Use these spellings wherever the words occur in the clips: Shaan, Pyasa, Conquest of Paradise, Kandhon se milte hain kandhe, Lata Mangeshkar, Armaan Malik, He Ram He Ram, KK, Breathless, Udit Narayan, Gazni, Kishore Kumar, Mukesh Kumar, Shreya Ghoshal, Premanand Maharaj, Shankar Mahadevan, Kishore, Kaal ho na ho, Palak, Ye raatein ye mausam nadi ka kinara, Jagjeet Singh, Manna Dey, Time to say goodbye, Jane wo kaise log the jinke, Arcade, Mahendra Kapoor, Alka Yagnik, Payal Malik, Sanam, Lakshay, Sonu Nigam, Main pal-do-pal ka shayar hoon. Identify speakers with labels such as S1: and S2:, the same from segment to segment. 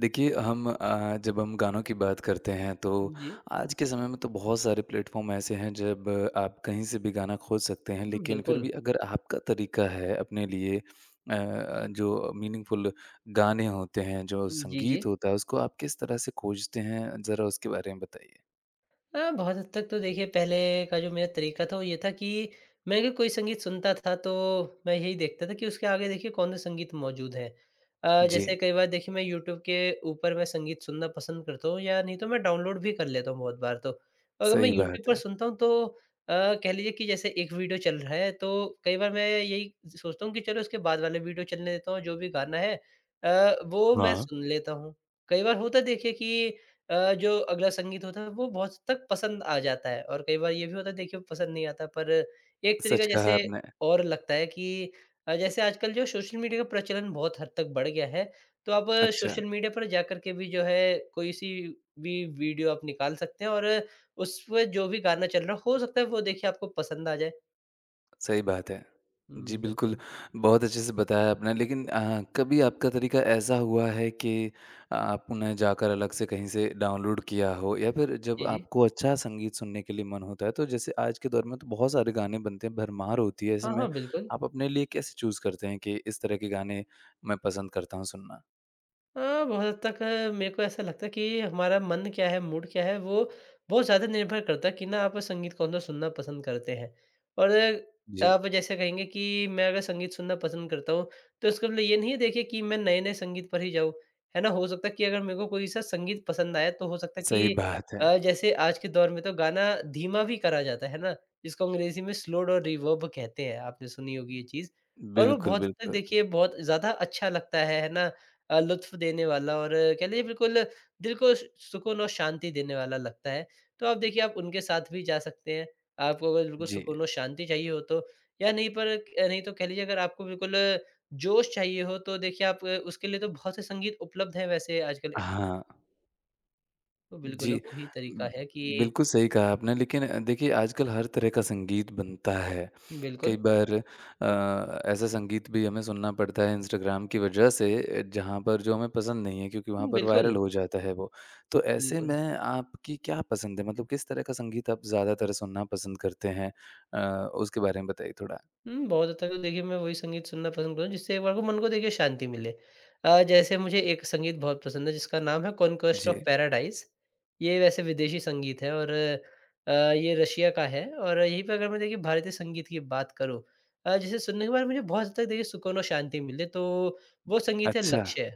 S1: देखिए हम जब हम गानों की बात करते हैं तो
S2: जी।
S1: आज के समय में तो बहुत सारे प्लेटफॉर्म ऐसे हैं जब आप कहीं से भी गाना खोज सकते हैं
S2: हुँ,
S1: लेकिन फिर
S2: बिल्कुल।
S1: भी अगर आपका तरीका है अपने लिए जो मीनिंगफुल गाने होते हैं जो
S2: हुँ, जी, जी।
S1: संगीत होता है उसको आप किस तरह से खोजते हैं ज़रा उसके बारे में बताइए।
S2: बहुत हद तक तो देखिए पहले का जो मेरा तरीका था वो ये था कि मैं अगर कोई संगीत सुनता था, तो मैं यही देखता था कि उसके आगे देखिए कौन-सा संगीत मौजूद है।
S1: जी,
S2: जैसे कई बार देखिए मैं यूट्यूब के ऊपर मैं संगीत सुनना पसंद करता हूँ या नहीं, तो मैं डाउनलोड भी कर लेता हूँ बहुत बार तो। अगर मैं
S1: सही
S2: यूट्यूब
S1: बात
S2: पर
S1: है।
S2: सुनता हूँ, तो अ, कह लीजिए कि जैसे एक वीडियो चल रहा है, तो कई बार मैं यही सोचता हूँ कि चलो इसके बाद वाले वीडियो चलने देता हूँ, जो भी गाना है वो मैं
S1: हाँ।
S2: सुन लेता हूँ। कई बार होता है देखिए कि जो अगला संगीत होता है वो बहुत हद तक पसंद आ जाता है, और कई बार ये भी होता है देखिए पसंद नहीं आता, पर एक तरीका
S1: सच कहा
S2: जैसे
S1: आपने।
S2: और लगता है कि जैसे आजकल जो सोशल मीडिया का प्रचलन बहुत हद तक बढ़ गया है, तो आप
S1: अच्छा।
S2: सोशल मीडिया पर जा कर के भी जो है कोई सी भी वीडियो आप निकाल सकते हैं, और उस पे जो भी गाना चल रहा हो सकता है वो देखिए आपको पसंद आ जाए।
S1: सही बात है। जी,
S2: हुँ,
S1: बिल्कुल,
S2: बिल्कुल।
S1: बहुत अच्छे से बताया आपने लेकिन कभी आपका तरीका ऐसा हुआ है कि आपने जाकर अलग से कहीं से डाउनलोड किया हो या फिर जब
S2: जी, जी।
S1: आपको अच्छा संगीत सुनने के लिए मन होता है, तो जैसे आज के दौर में तो बहुत सारे गाने बनते हैं, भरमार होती है, ऐसे
S2: हाँ, हाँ,
S1: में
S2: बिल्कुल।
S1: आप अपने लिए कैसे चूज़ करते हैं कि इस तरह के गाने मैं पसंद करता हूँ सुनना?
S2: अ, बहुत हद तक मेरे को ऐसा लगता है कि हमारा मन क्या है, मूड क्या है, वो बहुत ज़्यादा निर्भर करता है कि ना आप संगीत कौन-सा सुनना पसंद करते हैं। और
S1: जी,
S2: आप जैसे कहेंगे कि मैं अगर संगीत सुनना पसंद करता हूँ, तो इसका मतलब ये नहीं है देखिए कि मैं नए-नए संगीत पर ही जाऊँ, है ना? हो सकता है कि अगर मेरे को कोई सा संगीत पसंद आया, तो हो सकता है
S1: सही
S2: कि
S1: बात है।
S2: जैसे आज के दौर में तो गाना धीमा भी करा जाता है ना? जिसको अंग्रेज़ी में स्लोड और रिवर्ब कहते हैं, आपने सुनी होगी ये चीज़। और वो
S1: बिल्कुल,
S2: बहुत हद तक
S1: बिल्कुल।
S2: देखिए बहुत ज़्यादा अच्छा लगता है ना? लुत्फ़ देने वाला और कह लीजिए बिल्कुल दिल को सु सुकून और शांति देने वाला लगता है। तो आप देखिए आप उनके साथ भी जा सकते हैं। आपको अगर बिल्कुल
S1: जी,
S2: सुकून और शांति चाहिए हो तो या नहीं, पर नहीं तो कह लीजिए अगर आपको बिल्कुल जोश चाहिए हो, तो देखिए आप उसके लिए तो बहुत से संगीत उपलब्ध हैं वैसे आजकल।
S1: हाँ।
S2: तो बिल्कुल,
S1: जी।
S2: वो ही तरीका
S1: उम,
S2: है कि।
S1: बिल्कुल सही कहा आपने लेकिन देखिए आजकल हर तरह का संगीत बनता है। कई
S2: बिल्कुल,
S1: बार ऐसा संगीत भी हमें सुनना पड़ता है इंस्टाग्राम की वजह से जहाँ पर जो हमें पसंद नहीं है क्योंकि वहाँ पर
S2: बिल्कुल,
S1: वायरल हो जाता है वो। तो ऐसे
S2: बिल्कुल।
S1: में आपकी क्या पसंद है? मतलब किस तरह का संगीत आप ज़्यादातर सुनना पसंद करते हैं? उसके बारे में बताइए थोड़ा।
S2: हुँ, बहुत हद तक तो देखिए मैं वही संगीत सुनना पसंद करूँ, जिससे एक बार को मन को देखिए शांति मिले। जैसे मुझे एक संगीत बहुत पसंद है, जिसका नाम है कॉन्क्वेस्ट
S1: जी।
S2: Of paradise. ये वैसे विदेशी संगीत है, और ये रशिया का है, और यहीं पे अगर मैं देखिए भारतीय संगीत की बात करूँ, जिसे सुनने के बाद मुझे बहुत हद तक देखिए सुकून और शांति मिले, तो वो संगीत है
S1: अच्छा,
S2: लक्ष्य।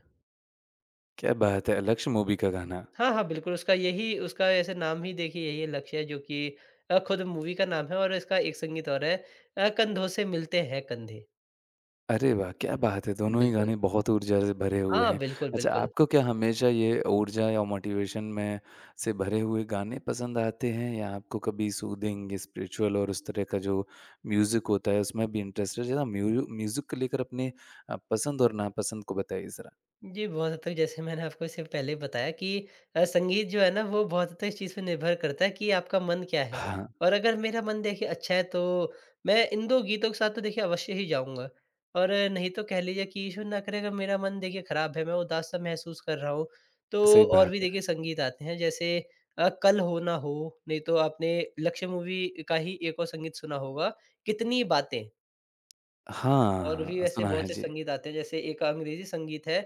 S1: क्या बात है! लक्ष्य मूवी का गाना।
S2: हाँ, हाँ, बिल्कुल, उसका ऐसे नाम ही देखिए यही है लक्ष्य, जो कि खुद मूवी का नाम है, और इसका एक संगीत और है कंधों से मिलते हैं कंधे।
S1: अरे वाह! क्या बात है! दोनों ही
S2: बिल्कुल।
S1: गाने बहुत ऊर्जा से भरे हुए
S2: हाँ,
S1: हैं।
S2: बिल्कुल,
S1: अच्छा,
S2: बिल्कुल।
S1: आपको क्या हमेशा ये ऊर्जा या मोटिवेशन में से भरे हुए गाने पसंद आते हैं या आपको कभी सूदिंग, स्पिरिचुअल और उस तरह का जो म्यूज़िक होता है, उसमें भी इंटरेस्ट है? ज़रा म्यूज़िक को लेकर अपने पसंद और नापसंद को बताइए ज़रा।
S2: जी, बहुत हद तक जैसे मैंने आपको इससे पहले बताया कि संगीत जो है ना वो बहुत हद तक इस चीज़ पे निर्भर करता है कि आपका मन क्या है।
S1: हाँ,
S2: और अगर मेरा मन देखिए अच्छा है, तो मैं इन 2 गीतों के साथ तो देखिए अवश्य ही जाऊँगा। और नहीं तो कह लीजिए कि ईश्वर ना करे अगर मेरा मन देखिए ख़राब है, मैं उदास-सा महसूस कर रहा हूँ, तो
S1: सही
S2: और
S1: बात
S2: भी
S1: है।
S2: देखिए संगीत आते हैं जैसे कल हो ना हो, नहीं तो आपने लक्ष्य मूवी का ही एक और संगीत सुना होगा, कितनी बातें। और भी
S1: हाँ,
S2: वैसे
S1: सुना है।
S2: बहुत से
S1: जी,
S2: संगीत आते हैं, जैसे एक अंग्रेज़ी संगीत है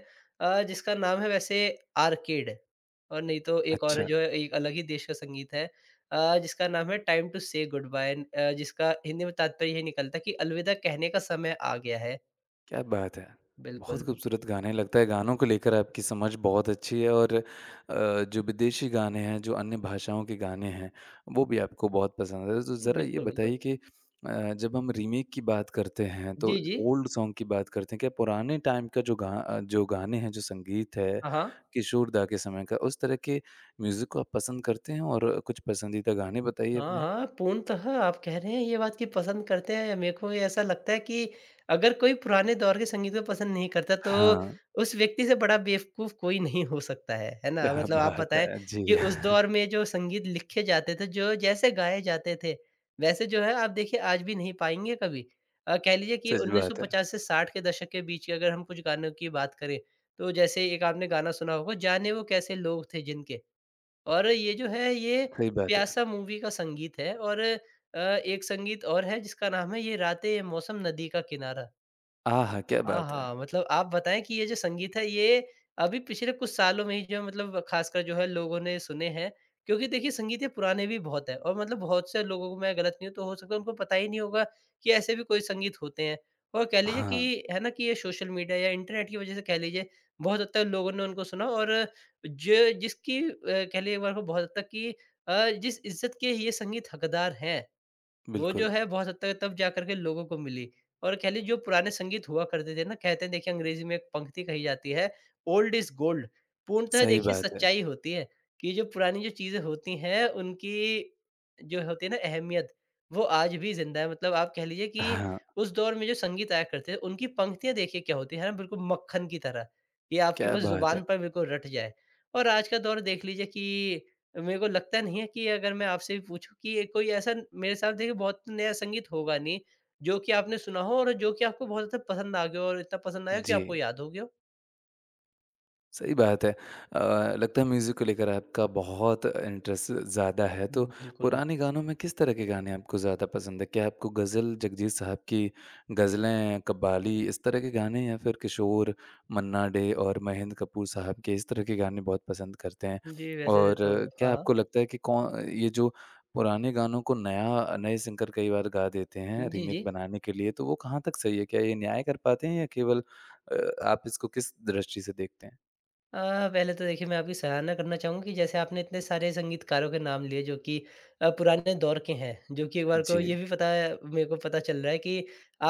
S2: जिसका नाम है वैसे आर्केड, और नहीं तो एक और है
S1: अच्छा।
S2: जो है एक अलग ही देश का संगीत है जिसका नाम है time to say goodbye and, जिसका हिंदी में तात्पर्य ये निकलता है कि अलविदा कहने का समय आ गया है।
S1: क्या बात है! बहुत
S2: बिल्कुल,
S1: खूबसूरत गाने हैं। लगता है गानों को लेकर आपकी समझ बहुत अच्छी है और जो विदेशी गाने हैं, जो अन्य भाषाओं के गाने हैं, वो भी आपको बहुत पसंद है। तो ज़रा ये
S2: बिल्कुल, बिल्कुल।
S1: बताइए कि जब हम रीमेक की बात करते हैं, तो
S2: जी, जी।
S1: ओल्ड सॉन्ग की बात करते हैं, क्या पुराने टाइम का जो गाने हैं, जो संगीत है,
S2: हाँ, हाँ।
S1: किशोर दा के समय का, उस तरह के म्यूज़िक को आप पसंद करते हैं? और कुछ पसंदीदा गाने बताइए
S2: हाँ,
S1: अपने?
S2: हाँ, पूर्णतः आप कह रहे हैं ये बात कि पसंद करते हैं। मेरे को ये ऐसा लगता है कि अगर कोई पुराने दौर के संगीत को पसंद नहीं करता, तो
S1: हाँ,
S2: उस व्यक्ति से बड़ा बेवकूफ़ कोई नहीं हो सकता है। है ना?
S1: क्या
S2: मतलब आप
S1: बात
S2: बताएँ
S1: है! जी,
S2: कि उस दौर में जो संगीत लिखे जाते थे, जो जैसे गाए जाते थे, वैसे जो है आप देखिए आज भी नहीं पाएँगे कभी। कह लीजिए कि
S1: सच बात है।
S2: 1950 से 60 के दशक के बीच के अगर हम कुछ गानों की बात करें, तो जैसे एक आपने गाना सुना होगा, जाने वो कैसे लोग थे जिनके। और ये जो है ये
S1: सही बात है।
S2: प्यासा मूवी का संगीत है, और एक संगीत और है, जिसका नाम है ये रातें ये मौसम नदी का किनारा।
S1: आहा! क्या बात है!
S2: आहा! मतलब आप बताएँ कि ये जो संगीत है, ये अभी पिछले कुछ सालों में ही जो मतलब ख़ासकर जो है लोगों ने सुने हैं। क्योंकि देखिए संगीत ये पुराने भी बहुत हैं, और मतलब बहुत से लोगों को मैं गलत नहीं हूँ, तो हो सकता है उनको पता ही नहीं होगा कि ऐसे भी कोई संगीत होते हैं। और कह लीजिए
S1: हाँ,
S2: कि है ना कि ये सोशल मीडिया या इंटरनेट की वज़ह से कह लीजिए बहुत हद तक लोगों ने उनको सुना, और जो जिसकी कह लीजिए एक बार को बहुत हद तक कि जिस इज़्ज़त के ये संगीत हकदार हैं। वो जो
S1: बिल्कुल,
S2: है बहुत हद तक तब जाकर के लोगों को मिली, और कह लीजिए जो पुराने संगीत हुआ करते थे ना, कहते हैं देखिए अंग्रेजी में एक पंक्ति कही जाती है ओल्ड इज गोल्ड। पूर्णतः
S1: सही
S2: देखिए
S1: बात है।
S2: सच्चाई होती है कि जो पुरानी जो चीजें होती हैं, उनकी जो होती है ना अहमियत, वो आज भी जिंदा है। मतलब आप कह लीजिए कि
S1: हाँ,
S2: उस दौर में जो संगीत आया करते थे, उनकी पंक्तियां देखिए क्या होती है ना, बिल्कुल मक्खन की तरह, ये आपकी
S1: क्या
S2: बस
S1: बात
S2: जुबान
S1: है!
S2: पर बिल्कुल रट जाए। और आज का दौर देख लीजिए कि मेरे को लगता नहीं है कि अगर मैं आपसे भी पूछूँ कि ये कोई ऐसा मेरे साथ देखिए बहुत नया संगीत होगा नहीं, जो कि आपने सुना हो और जो कि आपको बहुत ज़्यादा पसंद आ गया हो, और इतना पसंद आया हो कि
S1: जी।
S2: आपको याद हो गया हो।
S1: सही बात है। लगता है म्यूज़िक को लेकर आपका बहुत इंटरेस्ट ज़्यादा है, तो
S2: हुँ, बिल्कुल।
S1: पुराने गानों में किस तरह के गाने आपको ज़्यादा पसंद है? क्या आपको ग़ज़ल, जगजीत साहब की ग़ज़लें, कव्वाली इस तरह के गाने या फिर किशोर, मन्ना डे और महेंद्र कपूर साहब के इस तरह के गाने बहुत पसंद करते हैं?
S2: जी, वैसे
S1: और
S2: तो। हाँ,
S1: क्या
S2: हाँ।
S1: आपको लगता है कि कौ ये जो पुराने गानों को नया नए सिंगर कई बार गा देते हैं
S2: जी,
S1: रीमेक
S2: जी।
S1: बनाने के लिए, तो वो कहाँ तक सही है? क्या ये न्याय कर पाते हैं या केवल अ, आप इसको किस दृष्टि से देखते हैं?
S2: पहले तो देखिए मैं आपकी सराहना करना चाहूँगा कि जैसे आपने इतने सारे संगीतकारों के नाम लिए, जो कि पुराने दौर के हैं, जो कि एक बार को
S1: जी।
S2: ये भी पता है, मेरे को पता चल रहा है कि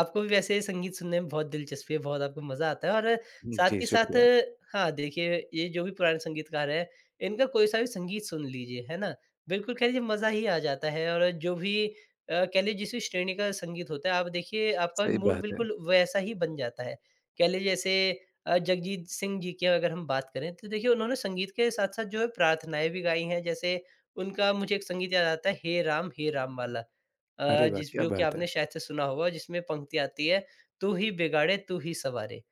S2: आपको भी वैसे संगीत सुनने में बहुत दिलचस्पी है, बहुत आपको मज़ा आता है, और साथ
S1: जी,
S2: ही साथ।
S1: शुक्रिया।
S2: हाँ, देखिए ये जो भी पुराने संगीतकार हैं, इनका कोई-सा भी संगीत सुन लीजिए, है ना? बिल्कुल कह लीजिए मज़ा ही आ जाता है, और जो भी कह लीजिए जिस भी श्रेणी का संगीत होता है, आप देखिए आपका भी
S1: सही
S2: मूड
S1: बात है।
S2: बिल्कुल वैसा ही बन जाता है। कह लीजिए जैसे जगजीत सिंह जी की अगर हम बात करें, तो देखिए उन्होंने संगीत के साथ-साथ जो है प्रार्थनाएँ भी गाई हैं। जैसे उनका मुझे एक संगीत याद आता है हे राम वाला।
S1: अरे वाह!
S2: जिस
S1: क्या
S2: जो कि
S1: बात
S2: आपने
S1: है।
S2: शायद से सुना होगा, जिसमें पंक्ति आती है तू ही बिगाड़े, तू ही सवारे।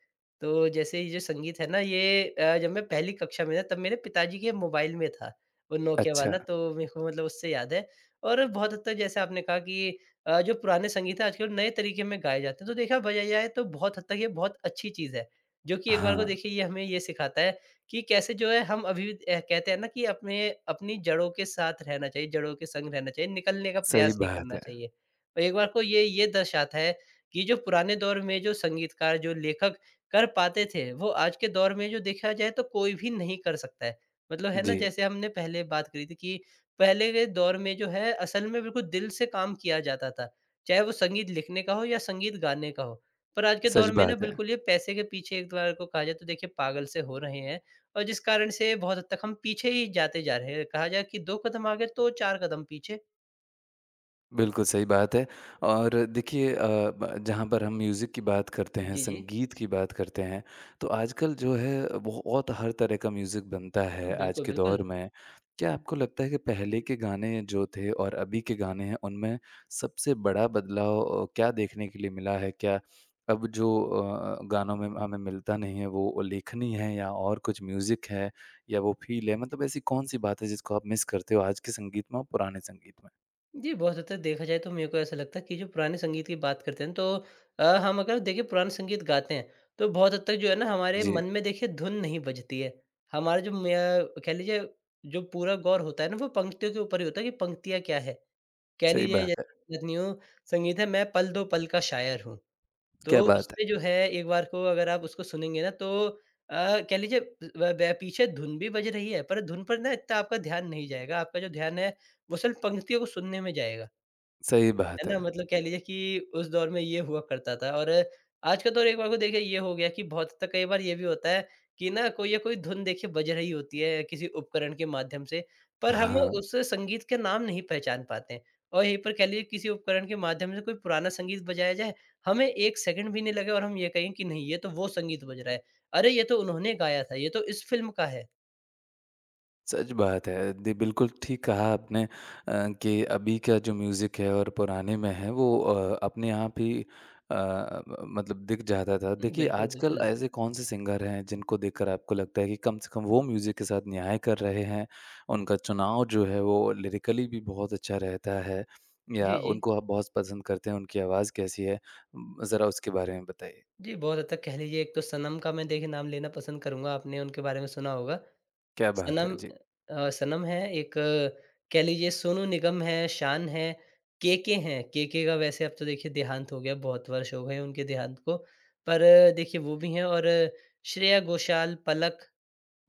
S2: तो जैसे ये जो संगीत है ना ये जब मैं पहली कक्षा में था तब मेरे पिताजी के मोबाइल में था, वो नोकिया
S1: अच्छा।
S2: वाला, तो मेरे को मतलब उससे याद है। और बहुत हद तक जैसे आपने कहा कि जो पुराने संगीत है आजकल नए तरीके में गाए जाते हैं। तो देखा बजाया जाए तो बहुत हद तक ये बहुत अच्छी चीज़ है। जो कि एक बार को
S1: हाँ,
S2: देखिए ये हमें ये सिखाता है कि कैसे जो है हम अभी भी कहते हैं ना कि अपने अपनी जड़ों के साथ रहना चाहिए, जड़ों के संग रहना चाहिए, निकलने का
S1: सही
S2: प्रयास नहीं
S1: बात
S2: करना
S1: है।
S2: चाहिए। और एक बार को ये दर्शाता है कि जो पुराने दौर में जो संगीतकार, जो लेखक कर पाते थे, वो आज के दौर में जो देखा जाए तो कोई भी नहीं कर सकता है। मतलब है ना
S1: जी,
S2: जैसे हमने पहले बात करी थी कि पहले के दौर में जो है असल में बिल्कुल दिल से काम किया जाता था। चाहे वो संगीत लिखने का हो या संगीत गाने का हो। पर आज के
S1: सच
S2: दौर में ना
S1: बात है।
S2: बिल्कुल ये पैसे के पीछे एक बार को कहा जाए, तो देखिए पागल से हो रहे हैं, और जिस कारण से बहुत हद तक हम पीछे ही जाते जा रहे हैं। कहा जाए कि 2 कदम आगे तो 4 कदम पीछे।
S1: बिल्कुल सही बात है और देखिए अ, ब जहाँ पर हम म्यूज़िक की बात करते हैं,
S2: जी, जी।
S1: संगीत की बात करते हैं, तो आजकल जो है बहुत हर तरह का म्यूज़िक बनता है आज
S2: बिल्कुल,
S1: के
S2: बिल्कुल।
S1: दौर में। क्या आपको लगता है कि पहले के गाने जो थे और अभी के गाने हैं, उनमें सबसे बड़ा बदलाव क्या देखने के लिए मिला है? क्या अब जो गानों में हमें मिलता नहीं है, वो लेखनी है या और कुछ म्यूज़िक है या वो फ़ील है? मतलब ऐसी कौन-सी बात है जिसको आप मिस करते हो आज के संगीत में और पुराने संगीत में?
S2: जी, बहुत हद तक देखा जाए तो मेरे को ऐसा लगता है कि जो पुराने संगीत की बात करते हैं, तो हम अगर देखिए पुराने संगीत गाते हैं, तो बहुत हद तक जो है ना हमारे
S1: जी।
S2: मन में देखिए धुन नहीं बजती है। हमारा जो म कह लीजिए जो पूरा गौर होता है ना वो पंक्तियों के ऊपर ही होता है कि पंक्तियाँ क्या है? कह
S1: सही
S2: लीजिए
S1: बात है।
S2: जैसे गज़नी हो, संगीत है मैं पल-दो-पल का शायर हूँ। तो
S1: क्या बात है!
S2: उसमें जो है एक बार को अगर आप उसको सुनेंगे ना तो कह लीजिए ब ब पीछे धुन भी बज रही है पर धुन पर ना इतना आपका ध्यान नहीं जाएगा। आपका जो ध्यान है वो सिर्फ़ पंक्तियों को सुनने में जाएगा।
S1: सही
S2: है
S1: बात है।
S2: ना? मतलब कह लीजिए कि उस दौर में ये हुआ करता था और आज का दौर एक बार को देखिए ये हो गया कि बहुत हद तक कई बार ये भी होता है कि ना कोई या कोई धुन देखिए बज रही होती है किसी उपकरण के माध्यम से, पर हम
S1: हाँ,
S2: उस संगीत के नाम नहीं पहचान पाते हैं। और यहीं पर कह लीजिए किसी उपकरण के माध्यम से कोई पुराना संगीत बजाया जाए, हमें 1 सेकंड भी नहीं लगे और हम ये कहें कि नहीं ये तो वो संगीत बज रहा है। अरे! ये तो उन्होंने गाया था, ये तो इस फ़िल्म का है।
S1: सच बात है। जी, बिल्कुल ठीक कहा आपने कि अभी का जो म्यूज़िक है और पुराने में है वो अपने आप ही अ, मतलब दिख जाता था।
S2: हुँ,
S1: देखिए
S2: बिल्कुल,
S1: आजकल
S2: बिल्कुल।
S1: ऐसे कौन-से सिंगर हैं जिनको देखकर आपको लगता है कि कम से कम वो म्यूज़िक के साथ न्याय कर रहे हैं, उनका चुनाव जो है वो लिरिकली भी बहुत अच्छा रहता है या
S2: जी, जी।
S1: उनको आप बहुत पसंद करते हैं, उनकी आवाज़ कैसी है? ज़रा उसके बारे में बताइए।
S2: जी, बहुत हद तक कह लीजिए एक तो सनम का मैं देखिए नाम लेना पसंद करूँगा, आपने उनके बारे में सुना होगा।
S1: क्या बात है!
S2: सनम
S1: जी,
S2: सनम है, कह लीजिए सोनू निगम है, शान है, केके हैं। केके का वैसे अब तो देखिए देहांत हो गया, बहुत वर्ष हो गए उनके देहांत को। पर देखिए वो भी हैं और श्रेया घोषाल, पलक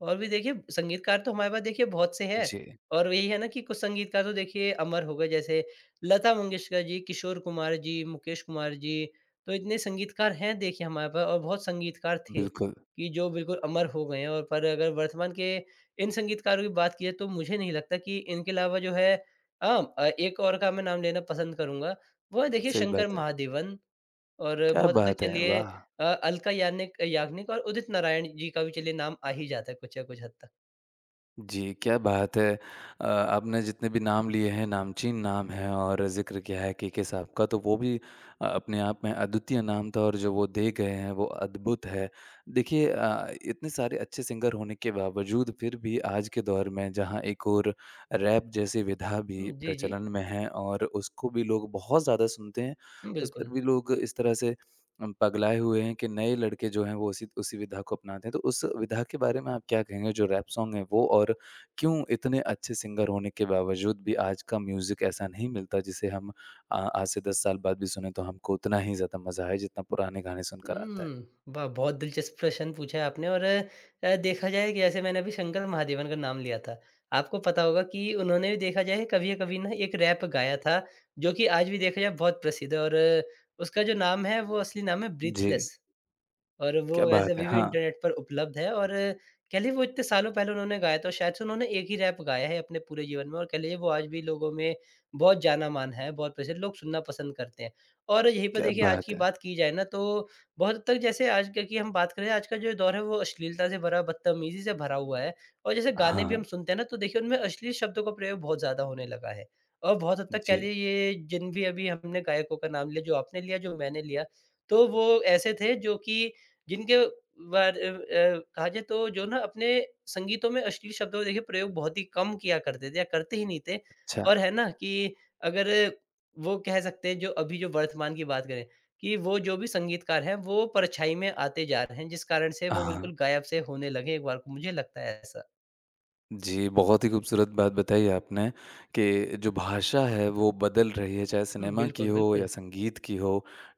S2: और भी देखिए संगीतकार तो हमारे पास देखिए बहुत से हैं।
S1: जी,
S2: और यही है ना कि कुछ संगीतकार तो देखिए अमर हो गए जैसे लता मंगेशकर जी, किशोर कुमार जी, मुकेश कुमार जी। तो इतने संगीतकार हैं देखिए हमारे पास और बहुत संगीतकार थे
S1: बिल्कुल।
S2: कि जो बिल्कुल अमर हो गए हैं और पर अगर वर्तमान के इन संगीतकारों की बात की जाए तो मुझे नहीं लगता कि इनके अलावा जो है हाँ एक और का मैं नाम लेना पसंद करूँगा, वो है देखिए
S1: सही
S2: शंकर
S1: बात है।
S2: महादेवन। और
S1: क्या
S2: बहुत हद तक
S1: बात है!
S2: चलिए
S1: वाह!
S2: अलका याग्निक याग्निक और उदित नारायण जी का भी चलिए नाम आ ही जाता है कुछ या कुछ हद तक।
S1: जी, क्या बात है। आपने जितने भी नाम लिए हैं, नामचीन नाम हैं और ज़िक्र किया है केके साहब का, तो वो भी अपने आप में अद्वितीय नाम था और जो वो दे गए हैं, वो अद्भुत है। देखिए इतने सारे अच्छे सिंगर होने के बावजूद फिर भी आज के दौर में जहाँ एक ओर रैप जैसी विधा भी
S2: हुँ, जी, जी।
S1: प्रचलन में है और उसको भी लोग बहुत ज़्यादा सुनते हैं, उस पर
S2: बिल्कुल।
S1: भी लोग इस तरह से पगलाए हुए हैं कि नए लड़के जो हैं वो उसी उसी विधा को अपनाते हैं। तो उस विधा के बारे में आप क्या कहेंगे जो रैप सॉन्ग है वो और क्यों इतने अच्छे सिंगर होने के बावजूद भी आज का म्यूज़िक ऐसा नहीं मिलता जिसे हम आज से 10 साल बाद भी सुने तो हमको उतना ही ज़्यादा मज़ा आए जितना पुराने गाने सुनकर आता है?
S2: हुँ, वाह! बहुत दिलचस्प प्रश्न पूछा है आपने और देखा जाए कि जैसे मैंने अभी शंकर महादेवन का नाम लिया था। आपको पता होगा कि उन्होंने भी देखा जाए कभी या कभी ना एक रैप गाया था, जो कि आज भी देखा जाए बहुत प्रसिद्ध है और उसका जो नाम है वो असली नाम है
S1: जी,
S2: ब्रीथलेस। और
S1: क्या
S2: वो वैसे
S1: बात है!
S2: अभी भी
S1: हाँ,
S2: इंटरनेट पर उपलब्ध है और कह लीजिए वो इतने सालों पहले उन्होंने गाया था और शायद से उन्होंने एक ही रैप गाया है अपने पूरे जीवन में और कह लीजिए वो आज भी लोगों में बहुत जाना-माना है, बहुत प्रसिद्ध लोग सुनना पसंद करते हैं। और यहीं पर
S1: क्या
S2: देखिए आज की
S1: बात है!
S2: बात की जाए ना तो बहुत हद तक जैसे आज क की हम बात करें आज का जो दौर है वो अश्लीलता से भरा, बदतमीज़ी से भरा हुआ है और जैसे गाने भी
S1: हाँ,
S2: हम सुनते हैं ना तो देखिए उनमें अश्लील शब्दों का प्रयोग बहुत ज़्यादा होने लगा है। और बहुत हद तक कह
S1: जी,
S2: लीजिए ये जिन भी अभी हमने गायकों का नाम लिया, जो आपने लिया, जो मैंने लिया, तो वो ऐसे थे जो कि जिनके बार कहा जाए तो जो ना अपने संगीतों में अश्लील शब्दों का देखिए प्रयोग बहुत ही कम किया करते थे या करते ही नहीं थे
S1: अच्छा।
S2: और है ना कि अगर वो कह सकते हैं जो अभी जो वर्तमान की बात करें कि वो जो भी संगीतकार हैं वो परछाई में आते जा रहे हैं जिस कारण से वो
S1: हाँ।
S2: बिल्कुल गायब से होने लगे एक बार को मुझे लगता है ऐसा।
S1: जी, बहुत ही खूबसूरत बात बताई आपने कि जो भाषा है वो बदल रही है, चाहे
S2: हुँ,
S1: सिनेमा की
S2: बिल्कुल,
S1: हो
S2: बिल्कुल।
S1: या संगीत की हो,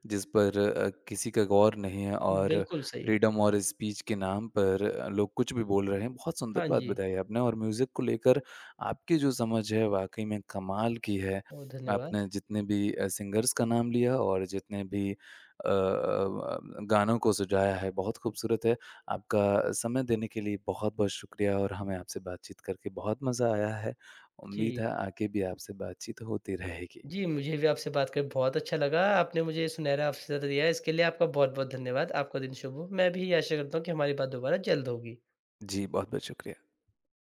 S1: जिस पर किसी का गौर नहीं है और
S2: बिल्कुल सही।
S1: फ्रीडम और स्पीच के नाम पर लोग कुछ भी बोल रहे हैं। बहुत सुंदर
S2: हाँ
S1: बात
S2: जी,
S1: बताई आपने और म्यूज़िक को लेकर आपकी जो समझ है वाक़ई में कमाल की है।
S2: बहुत धन्यवाद।
S1: आपने जितने भी सिंगर्स का नाम लिया और जितने भी गानों को सजाया है, बहुत खूबसूरत है। आपका समय देने के लिए बहुत-बहुत शुक्रिया और हमें आपसे बातचीत करके बहुत मज़ा आया है।
S2: जी।
S1: उम्मीद है आगे भी आपसे बातचीत होती रहेगी।
S2: जी, मुझे भी आपसे बात कर बहुत अच्छा लगा। आपने मुझे ये सुनहरा अवसर दिया, इसके लिए आपका बहुत-बहुत धन्यवाद। आपका दिन शुभ हो। मैं भी आशा करता हूँ कि हमारी बात दोबारा जल्द होगी।
S1: जी, बहुत-बहुत शुक्रिया।